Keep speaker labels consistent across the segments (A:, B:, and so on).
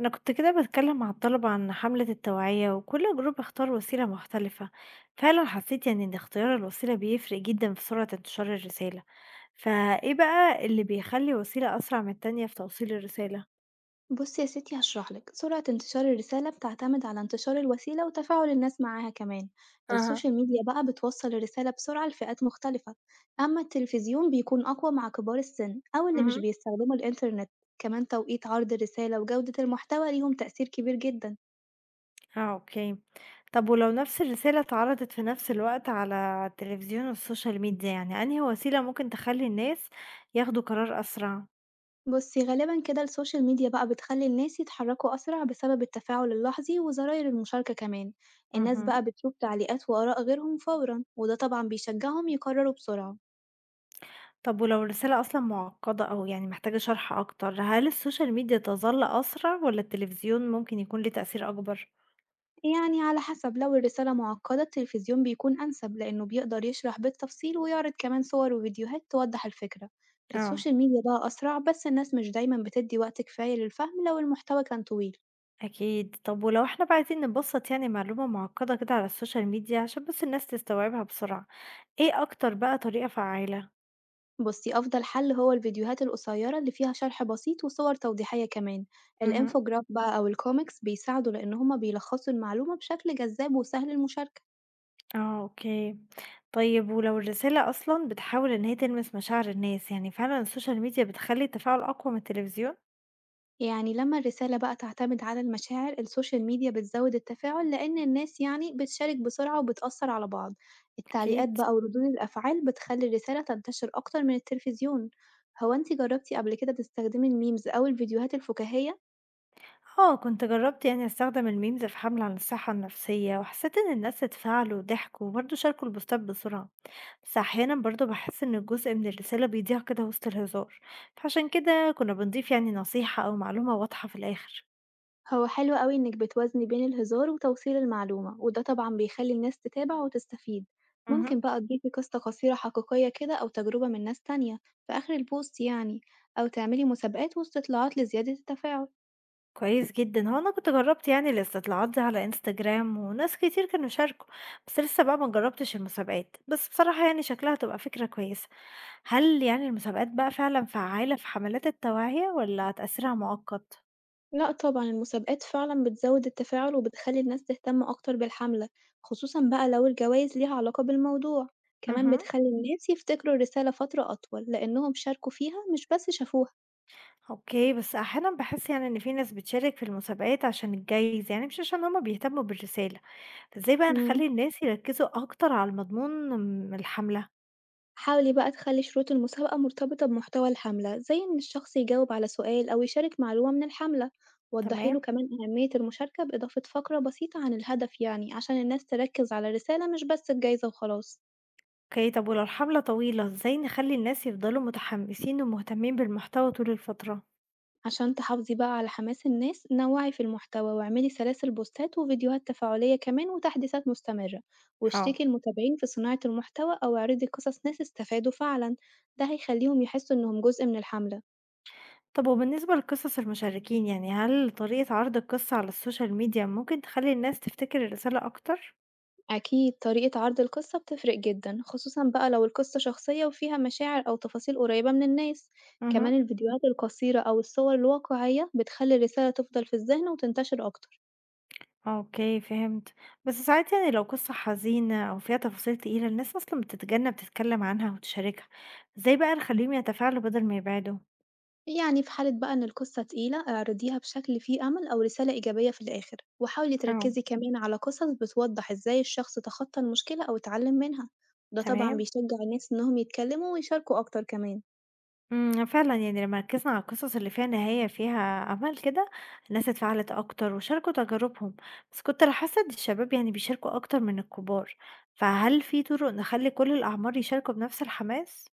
A: أنا كنت كده بتكلم مع الطلبة عن حملة التوعية وكل جروب اختار وسيلة مختلفة. فعلا حسيت إن اختيار الوسيلة بيفرق جدا في سرعة انتشار الرسالة. فإيه بقى اللي بيخلي وسيلة أسرع من التانية في توصيل الرسالة؟
B: بصي يا ستي هشرح لك. سرعة انتشار الرسالة بتعتمد على انتشار الوسيلة وتفاعل الناس معاها كمان.
A: أها.
B: السوشيال ميديا بقى بتوصل الرسالة بسرعة لفئات مختلفة. أما التلفزيون بيكون أقوى مع كبار السن أو اللي مش
A: مهم.
B: بيستخدموا الإنترنت. كمان توقيت عرض الرسالة وجودة المحتوى ليهم تأثير كبير جدا.
A: اه، اوكي. طب ولو نفس الرسالة اتعرضت في نفس الوقت على التلفزيون والسوشيال ميديا، أنهي وسيلة ممكن تخلي الناس ياخدوا قرار أسرع؟
B: بصي، غالبا كده السوشيال ميديا بقى بتخلي الناس يتحركوا أسرع بسبب التفاعل اللحظي وزراير المشاركة كمان. الناس
A: مهم.
B: بقى بتشوف تعليقات وآراء غيرهم فورا، وده طبعا بيشجعهم يقرروا بسرعة.
A: طب ولو الرسالة أصلًا معقدة أو محتاجة شرح أكتر، هل السوشيال ميديا تظل أسرع والّا التلفزيون ممكن يكون ليه تأثير أكبر؟
B: يعني على حسب، لو الرسالة معقدة التلفزيون بيكون أنسب لأنه بيقدر يشرح بالتفصيل ويعرض كمان صور وفيديوهات توضح الفكرة.
A: آه،
B: السوشيال ميديا بقى أسرع بس الناس مش دايما بتدي وقت كفاية للفهم لو المحتوى كان طويل.
A: أكيد. طب ولو إحنا بقى عايزين نبسط معلومة معقدة كده على السوشيال ميديا عشان بس الناس تستوعبها بسرعة، إيه أكتر بقى طريقة فعّالة؟
B: بصي، أفضل حل هو الفيديوهات القصيرة اللي فيها شرح بسيط وصور توضيحية كمان.
A: اهم.
B: الإنفوجراف بقى أو الكوميكس بيساعدوا لأن هما بيلخصوا المعلومة بشكل جذاب وسهل المشاركة.
A: آه، أوكي. طيب ولو الرسالة أصلًا بتحاول إن هي تلمس مشاعر الناس، فعلًا السوشيال ميديا بتخلّي التفاعل أقوى من التلفزيون؟
B: يعني لما الرسالة بقى تعتمد على المشاعر، السوشيال ميديا بتزود التفاعل لأن الناس بتشارك بسرعة وبتأثر على بعض. التعليقات
A: أكيد.
B: بقى وردود الأفعال بتخلي الرسالة تنتشر أكتر من التلفزيون. هو انتي جربتي قبل كده تستخدمي الميمز أو الفيديوهات الفكاهية؟
A: آه، كنت جرّبت أستخدم الmemes في حملة عن الصحة النفسية، وحسيت إن الناس اتفاعلوا وضحكوا، وبرضه شاركوا البوستات بسرعة، بس أحيانًا برضه باحس إن جزء من الرسالة بيضيع كده وسط الهزار، فعشان كده كنا بنضيف نصيحة أو معلومة واضحة في الآخر.
B: هو حلو أوي إنك بتوازني بين الهزار وتوصيل المعلومة، وده طبعا بيخلي الناس تتابع وتستفيد.
A: اهم.
B: ممكن بقى تضيفي قصة قصيرة حقيقية كده أو تجربة من ناس تانية في آخر البوست أو تعملي مسابقات واستطلاعات لزيادة التفاعل.
A: كويس جدًا. هو أنا كنت جرّبت الاستطلاعات دي على Instagram وناس كتير كانوا شاركوا، بس لسه بقى ما جرّبتش المسابقات، بس بصراحة شكلها هتبقى فكرة كويسة. هل المسابقات بقى فعلًا فعّالة في حملات التوعية والّا تأثيرها مؤقت؟
B: لأ طبعًا، المسابقات فعلًا بتزوّد التفاعل وبتخلّي الناس تهتم أكتر بالحملة، خصوصًا بقى لو الجوايز ليها علاقة بالموضوع، كمان
A: اهم.
B: بتخلّي الناس يفتكروا الرسالة فترة أطول لإنهم شاركوا فيها مش بس شافوها.
A: أوكي، بس أحيانًا باحس إن في ناس بتشارك في المسابقات عشان الجايزة، مش عشان هُم بيهتموا بالرسالة، فإزاي بقى
B: إمم.
A: نخلّي الناس يركّزوا أكتر على المضمون من الحملة؟
B: حاولي بقى تخلّي شروط المسابقة مرتبطة بمحتوى الحملة، زي إن الشخص يجاوب على سؤال أو يشارك معلومة من الحملة، وضّحي له
A: تمام،
B: كمان أهمية المشاركة بإضافة فقرة بسيطة عن الهدف، يعني عشان الناس تركّز على الرسالة مش بس الجايزة وخلاص.
A: أوكي. طب ولو الحملة طويلة، إزاي نخلّي الناس يفضلوا متحمسين ومهتمين بالمحتوى طول الفترة؟
B: عشان تحافظي بقى على حماس الناس نوعي في المحتوى واعملي سلاسل بوستات وفيديوهات تفاعلية كمان وتحديثات مستمرة،
A: آه،
B: واشتركي المتابعين في صناعة المحتوى أو اعرضي قصص ناس استفادوا فعلا. ده هيخليهم يحسوا إنهم جزء من الحملة.
A: طب وبالنسبة لقصص المشاركين، هل طريقة عرض القصة على السوشيال ميديا ممكن تخلّي الناس تفتكر الرسالة أكتر؟
B: أكيد طريقة عرض القصة بتفرق جدا، خصوصا بقى لو القصة شخصية وفيها مشاعر أو تفاصيل قريبة من الناس.
A: اهم.
B: كمان الفيديوهات القصيرة أو الصور الواقعية بتخلي الرسالة تفضل في الذهن وتنتشر أكتر.
A: أوكي، فهمت. بس ساعات لو قصة حزينة أو فيها تفاصيل تقيلة الناس أصلًا بتتجنب تتكلم عنها وتشاركها، إزاي بقى نخليهم يتفاعلوا بدل ما يبعدوا؟
B: يعني في حالة بقى إن القصة تقيلة اعرضيها بشكل فيه أمل أو رسالة إيجابية في الآخر، وحاولي
A: اه،
B: تركزي كمان على قصص بتوضح إزاي الشخص تخطى المشكلة أو اتعلم منها. ده طبعا
A: تمام.
B: بيشجع الناس إنهم يتكلموا ويشاركوا أكتر كمان.
A: فعلًا لما ركزنا على القصص اللي فيها نهاية فيها أمل كده الناس اتفاعلت أكتر وشاركوا تجاربهم، بس كنت لاحظت إن الشباب بيشاركوا أكتر من الكبار، فهل في طرق نخلي كل الأعمار يشاركوا بنفس الحماس؟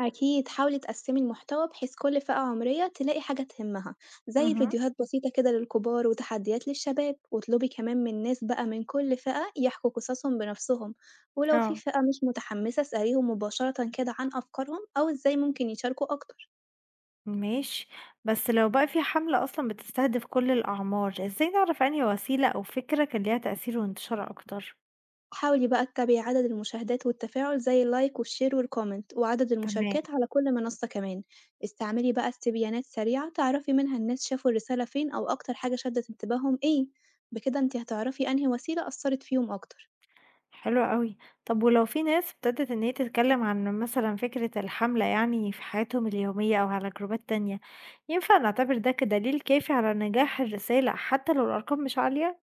B: أكيد حاولي تقسمي المحتوى بحيث كل فئة عمرية تلاقي حاجة تهمها، زي
A: مهم.
B: فيديوهات بسيطة كده للكبار وتحديات للشباب، واطلبي كمان من ناس بقى من كل فئة يحكوا قصصهم بنفسهم. ولو في
A: اه،
B: فئة مش متحمسة اسأليهم مباشرة كده عن أفكارهم أو إزاي ممكن يشاركوا أكتر.
A: ماشي. بس لو بقى في حملة أصلًا بتستهدف كل الأعمار، إزاي نعرف أنهي وسيلة أو فكرة كان ليها تأثير وانتشار أكتر؟
B: حاول يبقى اتبعي عدد المشاهدات والتفاعل زي اللايك والشير والكومنت وعدد
A: تمام،
B: المشاركات على كل منصة كمان. استعملي بقى استبيانات سريعة تعرفي منها الناس شافوا الرسالة فين أو أكتر حاجة شدت انتباههم ايه. بكده انتي هتعرفي أنهي وسيلة أثرت فيهم أكتر.
A: حلو أوي. طب ولو في ناس ابتدت إن هي تتكلم عن مثلًا فكرة الحملة في حياتهم اليومية أو على جروبات تانية، ينفع نعتبر ده كدليل كافي على نجاح الرسالة حتى لو الأرقام مش عالية؟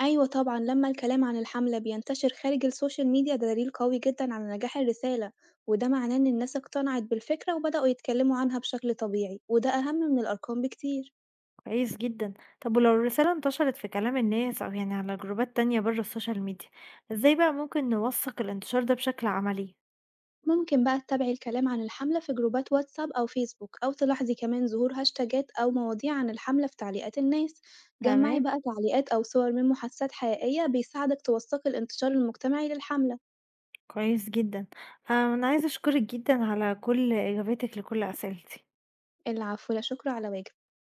B: أيوة طبعا، لما الكلام عن الحملة بينتشر خارج السوشيال ميديا ده دليل قوي جدا على نجاح الرسالة. وده معناه إن الناس اقتنعت بالفكرة وبدأوا يتكلموا عنها بشكل طبيعي، وده أهم من الأرقام بكتير.
A: كويس جدًا. طب ولو الرسالة انتشرت في كلام الناس أو على جروبات تانية بره السوشيال ميديا، إزاي بقى ممكن نوثق الانتشار ده بشكل عملي؟
B: ممكن بقى تتابعي الكلام عن الحملة في جروبات واتساب أو فيسبوك، أو تلاحظي كمان ظهور هاشتاجات أو مواضيع عن الحملة في تعليقات الناس. جمعي
A: تمام.
B: بقى تعليقات أو صور من محادثات حقيقية بيساعدك توثقي الانتشار المجتمعي للحملة.
A: كويس جدًا. آه، أنا عايزة أشكرِك جدًا على كل إجاباتِك لكل أسئلتي.
B: العفو، لا شكر على واجب.